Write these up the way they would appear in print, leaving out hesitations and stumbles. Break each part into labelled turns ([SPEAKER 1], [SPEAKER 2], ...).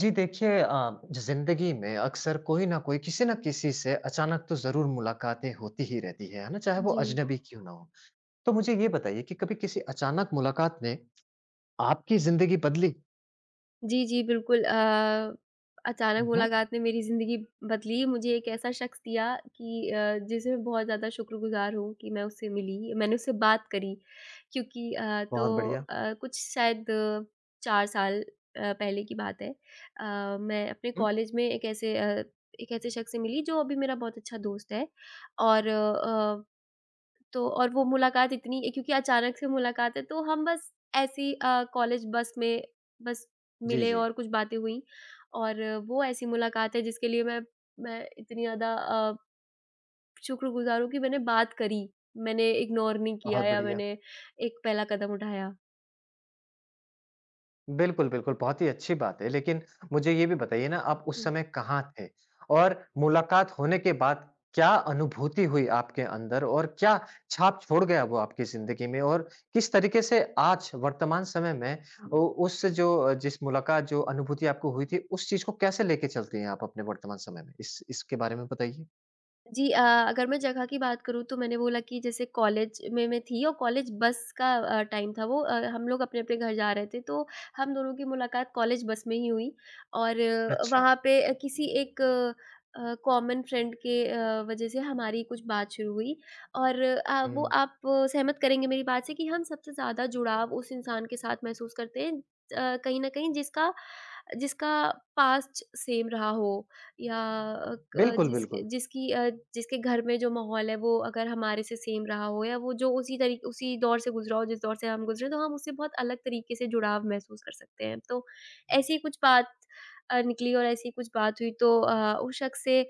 [SPEAKER 1] जी देखिए ज़िंदगी में अक्सर कोई ना कोई किसी न किसी से अचानक तो ज़रूर मुलाकातें होती ही रहती है ना? चाहे वो
[SPEAKER 2] जी।
[SPEAKER 1] अजनबी क्यों ना हो। तो मुझे ये बताइए कि कभी किसी अचानक मुलाकात ने आपकी ज़िंदगी बदली?
[SPEAKER 2] जी, जी, बिल्कुल अचानक
[SPEAKER 1] हुँ, हुँ।
[SPEAKER 2] मुलाकात ने मेरी ज़िंदगी बदली, मुझे एक ऐसा शख़्स दिया कि जिसे मैं बहुत ज़्यादा शुक्रगुज़ार हूँ कि मैं उससे मिली, मैंने उससे बात करी। क्योंकि तो
[SPEAKER 1] बहुत बढ़िया।
[SPEAKER 2] कुछ शायद 4 साल पहले की बात है। मैं अपने
[SPEAKER 1] हुँ।
[SPEAKER 2] कॉलेज में एक ऐसे शख़्स से मिली जो अभी मेरा बहुत अच्छा दोस्त है और अ और वो मुलाकात इतनी क्योंकि अचानक से मुलाकात है तो हम बस ऐसे ही कॉलेज बस में बस
[SPEAKER 1] जी,
[SPEAKER 2] मिले
[SPEAKER 1] जी।
[SPEAKER 2] और कुछ बातें हुईं और वो ऐसी मुलाकात है जिसके लिए मैं इतनी ज़्यादा शुक्रगुज़ार हूँ कि मैंने बात करी, मैंने इग्नोर नहीं किया
[SPEAKER 1] बहुत
[SPEAKER 2] या
[SPEAKER 1] बढ़िया।
[SPEAKER 2] मैंने एक पहला कदम उठाया।
[SPEAKER 1] बिल्कुल, बिल्कुल, बहुत ही अच्छी बात है। लेकिन मुझे ये भी बताइए ना आप उस समय कहाँ थे? और मुलाकात होने के बाद क्या अनुभूति हुई आपके अंदर और क्या छाप छोड़ गया वो आपकी ज़िंदगी में? और किस तरीके से आज वर्तमान समय में उ उस जो जिस मुलाकात जो अनुभूति आपको हुई थी, उस चीज़ को कैसे लेके चलती हैं आप अपने वर्तमान समय में? इस इसके बारे में बताइए।
[SPEAKER 2] जी अगर मैं जगह की बात करूँ तो मैंने बोला कि जैसे कॉलेज में मैं थी और कॉलेज बस का टाइम था हम लोग अपने-अपने घर जा रहे थे तो हम दोनों की मुलाकात कॉलेज बस में ही हुई और
[SPEAKER 1] अच्छा।
[SPEAKER 2] वहाँ पे किसी एक कॉमन फ्रेंड के वजह से हमारी कुछ बात शुरू हुई और वो
[SPEAKER 1] हुँ।
[SPEAKER 2] आप सहमत करेंगे मेरी बात से कि हम सबसे ज़्यादा जुड़ाव उस इंसान के साथ महसूस करते हैं कहीं न कहीं जिसका जिसका पास्ट सेम रहा हो या अ, क
[SPEAKER 1] बिल्कुल,
[SPEAKER 2] जिस
[SPEAKER 1] बिल्कुल।
[SPEAKER 2] जिसकी अ, जिसके घर में जो माहौल है वो अगर हमारे से सेम रहा हो या वो जो उसी दौर से गुज़रा हो जिस दौर से हम गुज़रे तो हम उससे बहुत अलग तरीके से जुड़ाव महसूस कर सकते हैं। तो ऐसी कुछ बात निकली और ऐसी कुछ बात हुई तो उस शख़्स से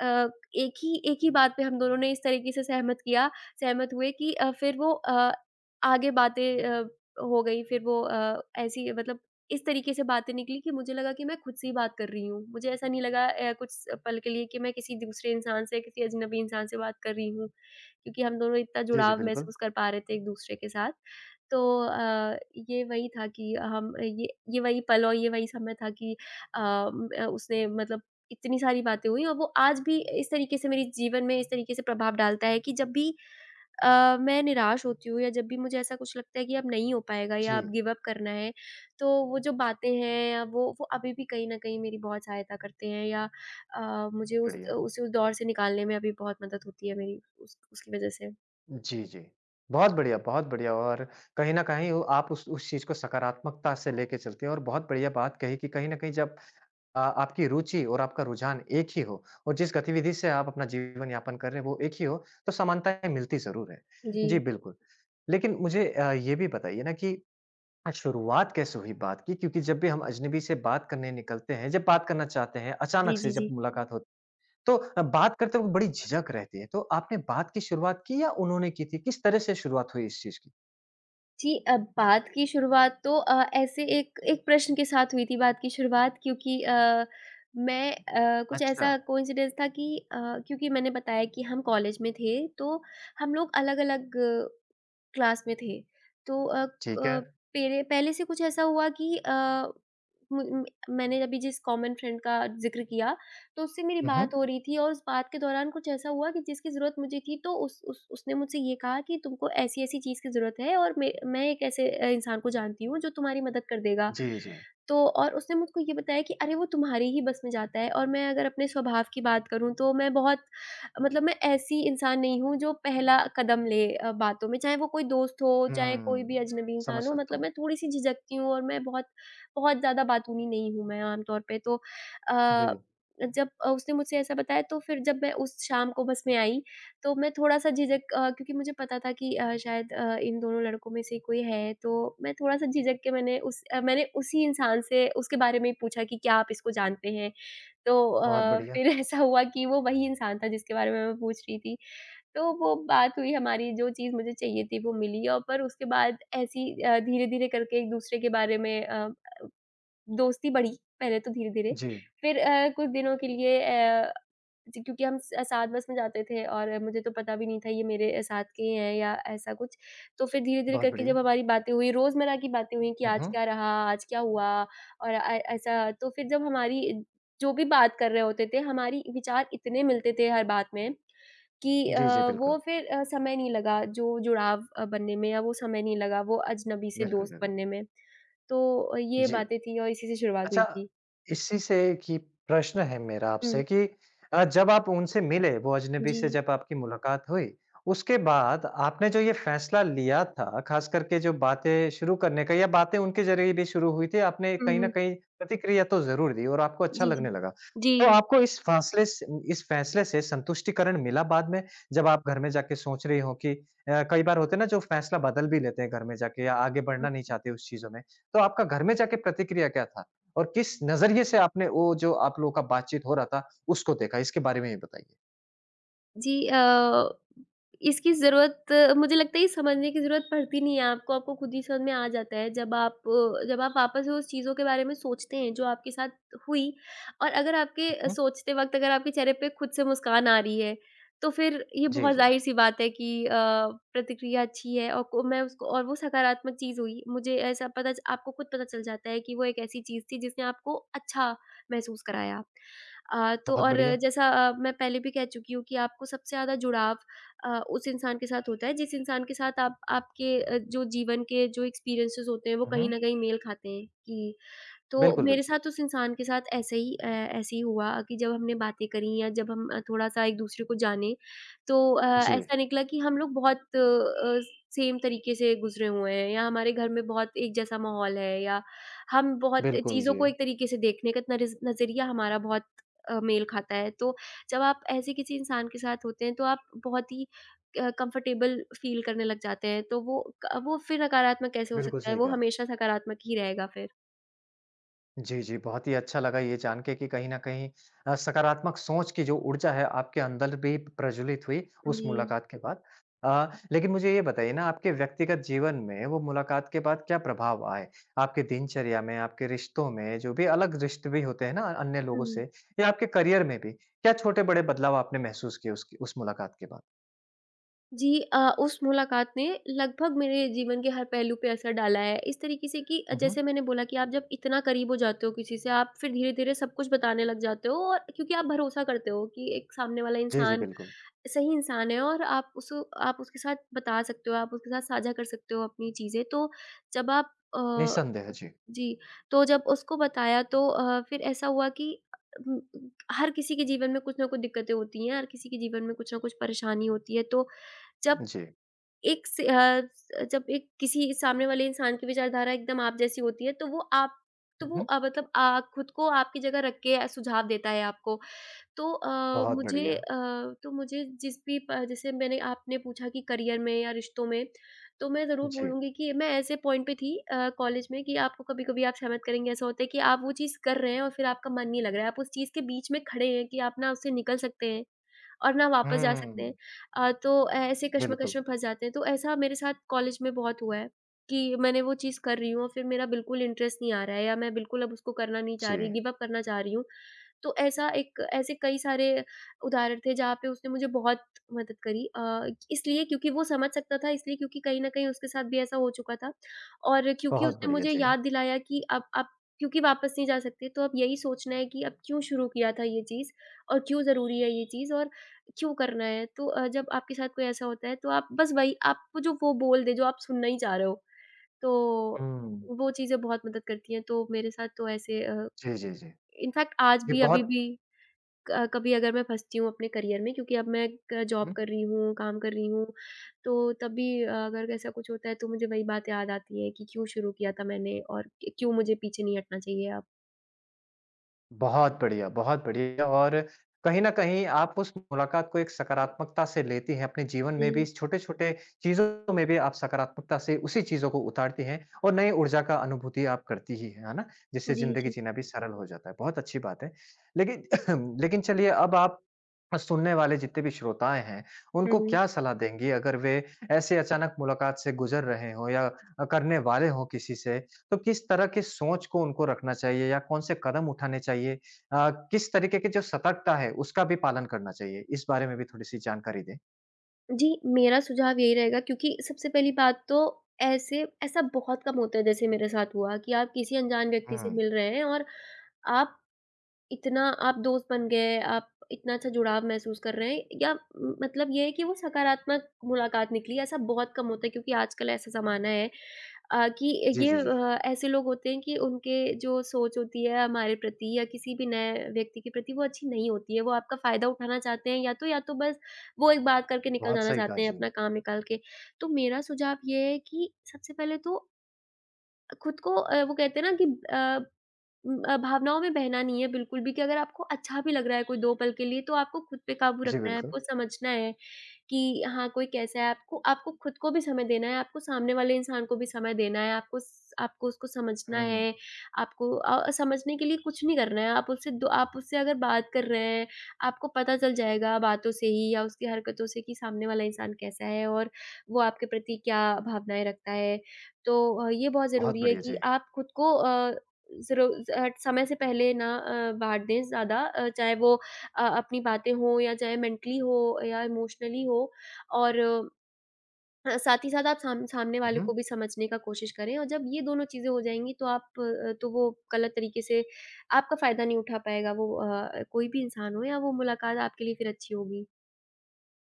[SPEAKER 2] एक ही बात पे हम दोनों ने इस तरीके से सहमत हुए कि फिर वो आगे बातें हो गई फिर वो ऐसी मतलब इस तरीके से बातें निकली कि मुझे लगा कि मैं खुद से ही बात कर रही हूँ। मुझे ऐसा नहीं लगा कुछ पल के लिए कि मैं किसी दूसरे इंसान से, किसी अजनबी इंसान से बात कर रही हूँ, क्योंकि हम दोनों इतना
[SPEAKER 1] जी, जी,
[SPEAKER 2] जुड़ाव
[SPEAKER 1] बिल्कुल।
[SPEAKER 2] महसूस कर पा रहे थे एक-दूसरे के साथ। तो अ, ये वही था कि हम ये वही पल और ये वही समय था कि उसने मतलब इतनी सारी बातें हुई और वो आज भी इस तरीके से मेरे जीवन में इस तरीके से प्रभाव डालता है कि जब भी मैं निराश होती हूँ या जब भी मुझे ऐसा कुछ लगता है कि अब नहीं हो पाएगा या अब
[SPEAKER 1] जी,
[SPEAKER 2] गिव अप करना है, तो वो जो बातें हैं या वो अभी भी कहीं न कहीं मेरी बहुत सहायता करते हैं या मुझे उस
[SPEAKER 1] बढ़िया।
[SPEAKER 2] उस उस दौर से निकालने में अभी बहुत मदद होती है मेरी उस उसकी वज़ह से।
[SPEAKER 1] जी, जी। बहुत बढ़िया और कहीं न कहीं वो आप उस चीज़ को सकारात्मकता से लेके चलते हैं और बहुत बढ़िया बात कही कि कहीं न कहीं जब आपकी रुचि और आपका रुझान एक ही हो और जिस गतिविधि से आप अपना जीवन यापन कर रहे हैं वो एक ही हो, तो समानताएँ मिलती ज़रूर है।
[SPEAKER 2] जी।
[SPEAKER 1] जी, बिल्कुल। लेकिन मुझे ये भी बताइए ना कि शुरुआत कैसे हुई बात की? क्योंकि जब भी हम अजनबी से बात करने निकलते हैं, जब बात करना चाहते हैं, अचानक
[SPEAKER 2] जी,
[SPEAKER 1] से
[SPEAKER 2] जी,
[SPEAKER 1] जब
[SPEAKER 2] जी।
[SPEAKER 1] मुलाकात होती तो बात करते वक़्त बड़ी झिझक रहती है, तो आपने बात की शुरुआत की या उन्होंने की थी? किस तरह से शुरुआत हुई इस चीज़ की?
[SPEAKER 2] जी, बात की शुरुआत तो ऐसे एक एक प्रश्न के साथ हुई थी बात की शुरुआत क्योंकि कुछ
[SPEAKER 1] अच्छा,
[SPEAKER 2] ऐसा कोइंसिडेंस था कि क्योंकि मैंने बताया कि हम कॉलेज में थे, तो हम लोग अलग-अलग क्लास में थे। तो अ,
[SPEAKER 1] ठीक है।
[SPEAKER 2] क पेरे पहले से कुछ ऐसा हुआ कि अ, मु म मैंने अभी जिस कॉमन फ्रेंड का ज़िक्र किया, तो उससे मेरी
[SPEAKER 1] उहुँ,
[SPEAKER 2] बात हो रही थी और उस बात के दौरान कुछ ऐसा हुआ कि जिसकी ज़रूरत मुझे थी तो उस उसने मुझसे ये कहा कि तुमको ऐसी-ऐसी चीज़ की ज़रूरत है और मैं एक ऐसे इंसान को जानती हूँ जो तुम्हारी मदद कर देगा।
[SPEAKER 1] जी, जी।
[SPEAKER 2] तो और उसने मुझको ये बताया कि अरे वो तुम्हारी ही बस में जाता है और मैं अगर अपने स्वभाव की बात करूँ तो मैं बहुत मतलब मैं ऐसी इंसान नहीं हूँ जो पहला कदम ले बातों में, चाहे वो कोई दोस्त हो, चाहे कोई भी
[SPEAKER 1] हुँ,
[SPEAKER 2] अजनबी
[SPEAKER 1] समझ
[SPEAKER 2] इंसान हो,
[SPEAKER 1] सकता
[SPEAKER 2] मतलब
[SPEAKER 1] हूँ।
[SPEAKER 2] मैं थोड़ी-सी झिझकती हूँ और मैं बहुत बहुत ज़्यादा बातूनी नहीं हूँ मैं आमतौर पे। तो
[SPEAKER 1] जी,
[SPEAKER 2] अ, जब उसने मुझसे ऐसा बताया तो फिर जब मैं उस शाम को बस में आई, तो मैं थोड़ा-सा झिझक क्योंकि मुझे पता था कि शायद इन दोनों लड़कों में से कोई है, तो मैं थोड़ा-सा झिझक के मैंने उसी इंसान से उसके बारे में ही पूछा कि, "क्या आप इसको जानते हैं?" तो
[SPEAKER 1] बहुत बढ़िया।
[SPEAKER 2] फिर ऐसा हुआ कि वो वही इंसान था जिसके बारे में मैं पूछ रही थी। तो वो बात हुई हमारी जो चीज़ मुझे चाहिए थी वो मिली पर उसके बाद ऐसी धीरे-धीरे करके एक-दूसरे के बारे में दोस्ती बढ़ी, पहले तो धीरे-धीरे।
[SPEAKER 1] जी,
[SPEAKER 2] फिर कुछ दिनों के लिए जी क्योंकि हम स साथ बस में जाते थे और मुझे तो पता भी नहीं था ये मेरे साथ के ही हैं या ऐसा कुछ। तो फिर धीरे-धीरे
[SPEAKER 1] बहुत
[SPEAKER 2] करके जब
[SPEAKER 1] बढ़िया।
[SPEAKER 2] हमारी बातें हुई, रोज़मर्रा की बातें हुई कि आज
[SPEAKER 1] उहुँ,
[SPEAKER 2] क्या रहा, आज क्या हुआ और ऐसा तो फिर जब हमारी जो भी बात कर रहे होते थे, हमारी विचार इतने मिलते थे हर बात में कि
[SPEAKER 1] जी, जी,
[SPEAKER 2] वो
[SPEAKER 1] बिल्कुल।
[SPEAKER 2] फिर समय नहीं लगा जो जुड़ाव बनने में या वो समय नहीं लगा वो अजनबी से
[SPEAKER 1] बिल्कुल,
[SPEAKER 2] दोस्त
[SPEAKER 1] बिल्कुल।
[SPEAKER 2] बनने में। तो ये
[SPEAKER 1] जी।
[SPEAKER 2] बातें थी और इसी से शुरुआत हुई
[SPEAKER 1] अच्छा,
[SPEAKER 2] थी।
[SPEAKER 1] इसी से एक ही प्रश्न है मेरा
[SPEAKER 2] हुँ।
[SPEAKER 1] आपसे कि जब आप उनसे मिले, वो अजनबी
[SPEAKER 2] जी।
[SPEAKER 1] से जब आपकी मुलाकात हुई, उसके बाद आपने जो ये फैसला लिया था, ख़ास करके जो बातें शुरू करने का या बातें उनके ज़रिए भी शुरू हुई थी, आपने
[SPEAKER 2] हुँ,
[SPEAKER 1] कहीं न
[SPEAKER 2] हुँ।
[SPEAKER 1] कहीं प्रतिक्रिया तो ज़रूर दी और आपको अच्छा
[SPEAKER 2] जी, जी।
[SPEAKER 1] लगने लगा।
[SPEAKER 2] जी।
[SPEAKER 1] तो आपको इस फैसले से संतुष्टिकरण मिला बाद में? जब आप घर में जाके सोच रही हो कि कई बार होते हैं ना जो फैसला बदल भी लेते हैं घर में जाके या आगे
[SPEAKER 2] हुँ।
[SPEAKER 1] बढ़ना नहीं चाहते उस चीज़ों में, तो आपका घर में जाके प्रतिक्रिया क्या था? और किस नज़रिए से आपने वो जो आप लोगों का बातचीत हो रहा था, उसको देखा? इसके बारे में भी बताइए।
[SPEAKER 2] जी अ, इसकी ज़रूरत मुझे लगता है ये समझने की ज़रूरत पड़ती नहीं है आपको, आपको खुद ही समझ में आ जाता है जब आप वापस उस चीज़ों के बारे में सोचते हैं जो आपके साथ हुई और अगर आपके
[SPEAKER 1] हुँ, हुँ।
[SPEAKER 2] सोचते वक़्त अगर आपके चेहरे पे खुद से मुस्कान आ रही है, तो फिर ये
[SPEAKER 1] जी,
[SPEAKER 2] बहुत
[SPEAKER 1] जी।
[SPEAKER 2] ज़ाहिर-सी बात है कि प्रतिक्रिया अच्छी है और को मैं उसको और वो सकारात्मक चीज़ हुई। मुझे ऐसा पता च आपको खुद पता चल जाता है कि वो एक ऐसी चीज़ थी जिसने आपको अच्छा महसूस कराया। तो
[SPEAKER 1] बहुत
[SPEAKER 2] और
[SPEAKER 1] बढ़िया।
[SPEAKER 2] जैसा मैं पहले भी कह चुकी हूँ कि आपको सबसे ज़्यादा जुड़ाव उस इंसान के साथ होता है जिस इंसान के साथ आप आपके जो जीवन के जो एक्सपीरियंसेस होते हैं वो
[SPEAKER 1] हुँ,
[SPEAKER 2] कहीं
[SPEAKER 1] हुँ।
[SPEAKER 2] न कहीं मेल खाते हैं कि तो
[SPEAKER 1] बिल्कुल,
[SPEAKER 2] मेरे
[SPEAKER 1] बिल्कुल।
[SPEAKER 2] साथ उस इंसान के साथ ऐसे ही हुआ कि जब हमने बातें करी या जब हम थोड़ा-सा एक-दूसरे को जाने, तो
[SPEAKER 1] जी,
[SPEAKER 2] ऐसा निकला कि हम लोग बहुत सेम तरीके से गुज़रे हुए हैं या हमारे घर में बहुत एक जैसा माहौल है या हम बहुत
[SPEAKER 1] बिल्कुल
[SPEAKER 2] चीज़ों
[SPEAKER 1] जी।
[SPEAKER 2] को एक तरीके से देखने का नरिज़ नज़रिया हमारा बहुत मेल खाता है। तो जब आप ऐसे किसी इंसान के साथ होते हैं, तो आप बहुत ही कंफ़र्टेबल फ़ील करने लग जाते हैं, तो वो फिर नकारात्मक कैसे हो
[SPEAKER 1] बिल्कुल
[SPEAKER 2] सकता है,
[SPEAKER 1] सही
[SPEAKER 2] वो
[SPEAKER 1] कहा।
[SPEAKER 2] हमेशा सकारात्मक ही रहेगा फिर।
[SPEAKER 1] जी, जी। बहुत ही अच्छा लगा ये जान के कि कहीं न कहीं सकारात्मक सोच की जो ऊर्जा है आपके अंदर भी प्रज्वलित हुई उस
[SPEAKER 2] जी।
[SPEAKER 1] मुलाकात के बाद। लेकिन मुझे ये बताइए ना आपके व्यक्तिगत जीवन में वो मुलाकात के बाद क्या प्रभाव आए? आपके दिनचर्या में, आपके रिश्तों में जो भी अलग रिश्ते भी होते हैं ना अन्य लोगों
[SPEAKER 2] हुँ।
[SPEAKER 1] से या आपके करियर में भी, क्या छोटे-बड़े बदलाव आपने महसूस किए उसकी उस मुलाकात के बाद?
[SPEAKER 2] जी उस मुलाकात ने लगभग मेरे जीवन के हर पहलू पे असर डाला है, इस तरीके से कि
[SPEAKER 1] हुँ, हुँ।
[SPEAKER 2] जैसे मैंने बोला कि आप जब इतना करीब हो जाते हो किसी से, आप फिर धीरे-धीरे सब कुछ बताने लग जाते हो और क्योंकि आप भरोसा करते हो कि एक सामने वाला
[SPEAKER 1] जी, जी,
[SPEAKER 2] इंसान
[SPEAKER 1] बिल्कुल।
[SPEAKER 2] सही इंसान है और आप उसके साथ बता सकते हो, आप उसके साथ साझा कर सकते हो अपनी चीज़ें। जब आप अ,
[SPEAKER 1] निसंदेह जी,
[SPEAKER 2] जी, तो जब उसको बताया तो फिर ऐसा हुआ कि उम, हर किसी के जीवन में कुछ ना कुछ दिक्कतें होती हैं, हर किसी के जीवन में कुछ ना कुछ परेशानी होती है। तो जब
[SPEAKER 1] जी।
[SPEAKER 2] एक से अ, स- जब एक किसी सामने वाले इंसान की विचारधारा एकदम आप जैसी होती है तो वो आप तो
[SPEAKER 1] हुँ,
[SPEAKER 2] वो
[SPEAKER 1] हुँ।
[SPEAKER 2] मतलब खुद को आपकी जगह रख के सुझाव देता है आपको। तो
[SPEAKER 1] बहुत बढ़िया।
[SPEAKER 2] तो मुझे जिस भी प जैसे मैंने आपने पूछा कि करियर में या रिश्तों में, तो मैं ज़रूर
[SPEAKER 1] जी।
[SPEAKER 2] बोलूँगी कि मैं ऐसे पॉइंट पे थी कॉलेज में कि आपको कभी-कभी आप सहमत करेंगे ऐसा होता है कि आप वो चीज़ कर रहे हैं और फिर आपका मन नहीं लग रहा है। आप उस चीज़ के बीच में खड़े हैं कि आप ना उससे निकल सकते हैं। और ना वापस जा सकते
[SPEAKER 1] हुँ,
[SPEAKER 2] हैं। तो ऐसे कश्मकश
[SPEAKER 1] बिल्कुल।
[SPEAKER 2] में फँस जाते हैं, तो ऐसा मेरे साथ कॉलेज में बहुत हुआ है कि मैंने वो चीज़ कर रही हूँ और फिर मेरा बिल्कुल इंटरेस्ट नहीं आ रहा है या मैं बिल्कुल अब उसको करना नहीं चाह रही,
[SPEAKER 1] जी।
[SPEAKER 2] गिव अप करना चाह रही हूँ। तो ऐसा एक ऐसे कई सारे उदाहरण थे जहाँ पे उसने मुझे बहुत मदद करी इसलिए क्योंकि वो समझ सकता था इसलिए क्योंकि कहीं न कहीं उसके साथ भी ऐसा हो चुका था और क्योंकि
[SPEAKER 1] बहुत
[SPEAKER 2] उसने
[SPEAKER 1] बढ़िया,
[SPEAKER 2] मुझे
[SPEAKER 1] जी।
[SPEAKER 2] याद दिलाया कि अब क्योंकि वापस नहीं जा सकते तो अब यही सोचना है कि अब क्यों शुरू किया था ये चीज़ और क्यों ज़रूरी है ये चीज़ और क्यों करना है? तो जब आपके साथ कोई ऐसा होता है तो आप बस वही, आपको जो वो बोल दे जो आप सुनना ही चाह रहे हो, तो
[SPEAKER 1] हुँ।
[SPEAKER 2] वो चीज़ें बहुत मदद करती हैं। तो मेरे साथ तो ऐसे
[SPEAKER 1] जी, जी, जी।
[SPEAKER 2] इनफैक्ट आज
[SPEAKER 1] ये
[SPEAKER 2] भी, अभी
[SPEAKER 1] बहुत
[SPEAKER 2] भी क कभी अगर मैं फँसती हूँ अपने करियर में, क्योंकि अब मैं क जॉब
[SPEAKER 1] हुँ,
[SPEAKER 2] कर रही हूँ, काम कर रही हूँ, तो तब भी अगर ऐसा कुछ होता है तो मुझे वही बात याद आती है कि क्यों शुरू किया था मैंने और क्यों मुझे पीछे नहीं हटना चाहिए अब।
[SPEAKER 1] बहुत बढ़िया और कहीं न कहीं आप उस मुलाकात को एक सकारात्मकता से लेती हैं, अपने जीवन
[SPEAKER 2] जी।
[SPEAKER 1] में भी छोटे-छोटे चीज़ों में भी आप सकारात्मकता से उसी चीज़ों को उतारती हैं और नई ऊर्जा का अनुभूति आप करती ही हैं, है ना? जिससे
[SPEAKER 2] जी,
[SPEAKER 1] ज़िंदगी
[SPEAKER 2] जी।
[SPEAKER 1] जीना भी सरल हो जाता है, बहुत अच्छी बात है। लेकिन लेकिन चलिए अब आप सुनने वाले जितने भी श्रोताएँ हैं,
[SPEAKER 2] हुँ,
[SPEAKER 1] उनको
[SPEAKER 2] हुँ।
[SPEAKER 1] क्या सलाह देंगी अगर वे ऐसे अचानक मुलाकात से गुज़र रहे हों या करने वाले हों किसी से तो किस तरह की सोच को उनको रखना चाहिए या कौन से कदम उठाने चाहिए? किस तरीके की जो सतर्कता है उसका भी पालन करना चाहिए? इस बारे में भी थोड़ी-सी जानकारी दें।
[SPEAKER 2] जी, मेरा सुझाव यही रहेगा, क्योंकि सबसे पहली बात तो ऐसे ऐसा बहुत कम होता है, जैसे मेरे साथ हुआ, कि आप किसी अनजान व्यक्ति से
[SPEAKER 1] हुँ।
[SPEAKER 2] मिल रहे हैं और आप इतना आप दोस्त बन गए, आप इतना अच्छा जुड़ाव महसूस कर रहे हैं या म मतलब ये है कि वो सकारात्मक मुलाकात निकली। ऐसा बहुत कम होता है, क्योंकि आजकल ऐसा ज़माना है कि
[SPEAKER 1] जी,
[SPEAKER 2] ये
[SPEAKER 1] जी, जी।
[SPEAKER 2] ऐसे लोग होते हैं कि उनके जो सोच होती है हमारे प्रति या किसी भी नए व्यक्ति के प्रति, वो अच्छी नहीं होती है। वो आपका फ़ायदा उठाना चाहते हैं, या तो बस वो एक बात करके निकल
[SPEAKER 1] बहुत
[SPEAKER 2] जाना
[SPEAKER 1] सही कहा
[SPEAKER 2] चाहते हैं
[SPEAKER 1] जी।
[SPEAKER 2] अपना काम निकाल के। तो मेरा सुझाव ये है कि सबसे पहले तो खुद को, वो कहते हैं ना कि, अ, भावनाओं में बहना नहीं है बिल्कुल भी। कि अगर आपको अच्छा भी लग रहा है कोई 2 पल के लिए, तो आपको खुद पे काबू
[SPEAKER 1] जी,
[SPEAKER 2] रखना है,
[SPEAKER 1] बिल्कुल।
[SPEAKER 2] आपको समझना है कि हाँ, कोई कैसा है। आपको आपको खुद को भी समय देना है, आपको सामने वाले इंसान को भी समय देना है, आपको उसको समझना
[SPEAKER 1] हुँ।
[SPEAKER 2] है, आपको समझने के लिए कुछ नहीं करना है। आप उससे अगर बात कर रहे हैं, आपको पता चल जाएगा बातों से ही या उसकी हरकतों से कि सामने वाला इंसान कैसा है और वो आपके प्रति क्या भावनाएँ रखता है। तो ये बहुत
[SPEAKER 1] बहुत
[SPEAKER 2] ज़रूरी है
[SPEAKER 1] बढ़िया
[SPEAKER 2] कि
[SPEAKER 1] जी।
[SPEAKER 2] आप खुद को अ, ज़रो ज समय से पहले ना बाँट दें ज़्यादा, चाहे वो अपनी बातें हों या चाहे मेंटली हो या इमोशनली हो, और साथ ही साथ आप सामने
[SPEAKER 1] हुँ,
[SPEAKER 2] वाले
[SPEAKER 1] हुँ।
[SPEAKER 2] को भी समझने का कोशिश करें। और जब ये दोनों चीज़ें हो जाएँगी तो तो वो गलत तरीके से आपका फ़ायदा नहीं उठा पाएगा, वो कोई भी इंसान हो, या वो मुलाकात आपके लिए फिर अच्छी होगी।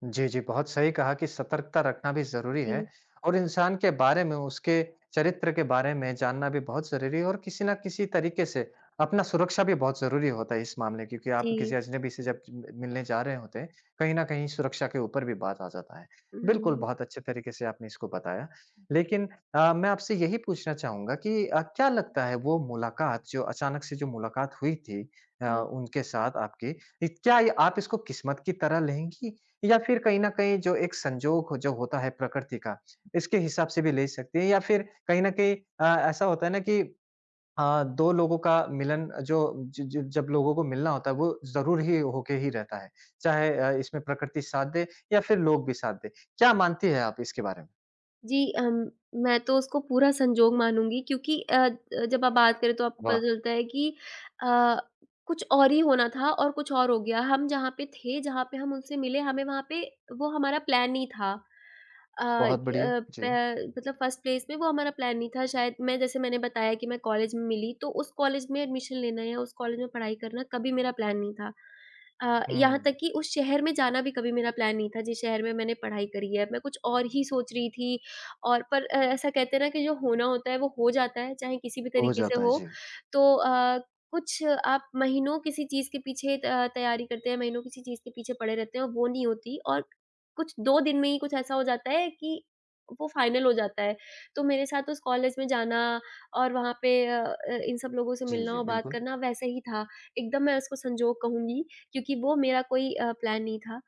[SPEAKER 1] जी, जी, बहुत सही कहा कि सतर्कता रखना भी ज़रूरी
[SPEAKER 2] जी,
[SPEAKER 1] है और इंसान के बारे में, उसके चरित्र के बारे में जानना भी बहुत ज़रूरी है और किसी न किसी तरीके से अपना सुरक्षा भी बहुत ज़रूरी होता है इस मामले में क्योंकि
[SPEAKER 2] जी।
[SPEAKER 1] आप किसी अजनबी से जब म मिलने जा रहे होते हैं, कहीं न कहीं सुरक्षा के ऊपर भी बात आ जाता है।
[SPEAKER 2] हाँ
[SPEAKER 1] बिल्कुल,
[SPEAKER 2] जी।
[SPEAKER 1] बहुत अच्छे तरीके से आपने इसको बताया। लेकिन मैं आपसे यही पूछना चाहूँगा कि क्या लगता है वो मुलाकात जो अचानक से जो मुलाकात हुई थी अ,
[SPEAKER 2] हुँ।
[SPEAKER 1] उनके साथ आपकी, इ क्या ये आप इसको किस्मत की तरह लेंगी या फिर कहीं न कहीं जो एक संजोग हो जो होता है प्रकृति का, इसके हिसाब से भी ले सकते हैं या फिर कहीं न कहीं ऐसा होता है ना कि 2 लोगों का मिलन जो ज ज जब लोगों को मिलना होता है वो ज़रूर ही होके ही रहता है। चाहे इसमें प्रकृति साथ दे या फिर लोग भी साथ दें। क्या मानती हैं आप इसके बारे में?
[SPEAKER 2] जी, मैं तो उसको पूरा संजोग मानूँगी, क्योंकि जब आप बात करें तो आपको पता
[SPEAKER 1] वाह!
[SPEAKER 2] चलता है कि अ, कुछ और ही होना था और कुछ और हो गया। हम जहाँ पे थे, जहाँ पे हम उनसे मिले, हमें वहाँ पे, वो हमारा प्लान नहीं था। अ
[SPEAKER 1] बहुत बढ़िया।
[SPEAKER 2] अ, प
[SPEAKER 1] जी।
[SPEAKER 2] मतलब फर्स्ट प्लेस में वो हमारा प्लान नहीं था। शायद, मैं जैसे मैंने बताया कि मैं कॉलेज में मिली, तो उस कॉलेज में एडमिशन लेना या उस कॉलेज में पढ़ाई करना कभी मेरा प्लान नहीं था। यहाँ
[SPEAKER 1] हुँ,
[SPEAKER 2] तक कि उस शहर में जाना भी कभी मेरा प्लान नहीं था, जिस शहर में मैंने पढ़ाई करी है। मैं कुछ और ही सोच रही थी, और पर ऐसा कहते हैं ना कि जो होना होता है वो हो जाता है, चाहे किसी भी
[SPEAKER 1] हो
[SPEAKER 2] तरीके से
[SPEAKER 1] जाता है।
[SPEAKER 2] हो।
[SPEAKER 1] जी।
[SPEAKER 2] तो कुछ, आप महीनों किसी चीज़ के पीछे तैयारी करते हैं, महीनों किसी चीज़ के पीछे पड़े रहते हैं, वो नहीं होती, और कुछ 2 दिन में ही कुछ ऐसा हो जाता है कि वो फाइनल हो जाता है। तो मेरे साथ उस कॉलेज में जाना और वहाँ पे इन सब लोगों से
[SPEAKER 1] जी,
[SPEAKER 2] मिलना
[SPEAKER 1] जी,
[SPEAKER 2] और बात
[SPEAKER 1] बिल्कुल।
[SPEAKER 2] करना वैसे ही था। एकदम मैं उसको संजोग कहूँगी, क्योंकि वो मेरा कोई प्लान नहीं था।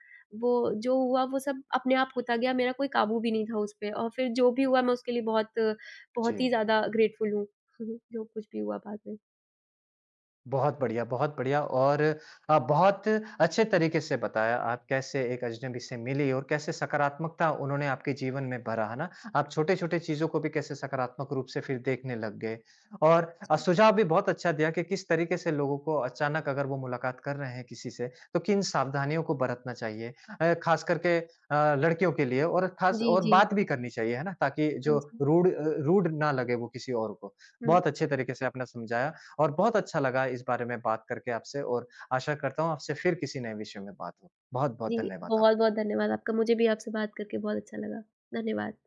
[SPEAKER 2] वो जो हुआ वो सब अपने आप होता गया, मेरा कोई काबू भी नहीं था उस पे, और फिर जो भी हुआ मैं उसके लिए बहुत
[SPEAKER 1] जी।
[SPEAKER 2] बहुत ही ज़्यादा ग्रेटफुल हूँ। जो कुछ भी हुआ बाद में।
[SPEAKER 1] बहुत बढ़िया और बहुत अच्छे तरीके से बताया आप कैसे एक अजनबी से मिली और कैसे सकारात्मकता उन्होंने आपके जीवन में भरा, है ना? आप छोटे-छोटे चीज़ों को भी कैसे सकारात्मक रूप से फिर देखने लग गए और सुझाव भी बहुत अच्छा दिया कि किस तरीके से लोगों को अचानक अगर वो मुलाकात कर रहे हैं किसी से, तो किन सावधानियों को बरतना चाहिए। ख़ास करके लड़कियों के लिए और
[SPEAKER 2] जी,
[SPEAKER 1] ख़ास और
[SPEAKER 2] जी, जी।
[SPEAKER 1] बात भी करनी चाहिए, है ना? ताकि
[SPEAKER 2] हाँ
[SPEAKER 1] जो
[SPEAKER 2] जी।
[SPEAKER 1] रूड ना लगे वो किसी और को।
[SPEAKER 2] हुँ।
[SPEAKER 1] बहुत अच्छे तरीके से आपने समझाया और बहुत अच्छा लगा इस बारे में बात करके आपसे और आशा करता हूँ आपसे फिर किसी नए विषय में बात हो।
[SPEAKER 2] जी,
[SPEAKER 1] बहुत-बहुत धन्यवाद आपका।
[SPEAKER 2] बहुत-बहुत धन्यवाद आपका। मुझे भी आपसे बात करके बहुत अच्छा लगा। धन्यवाद।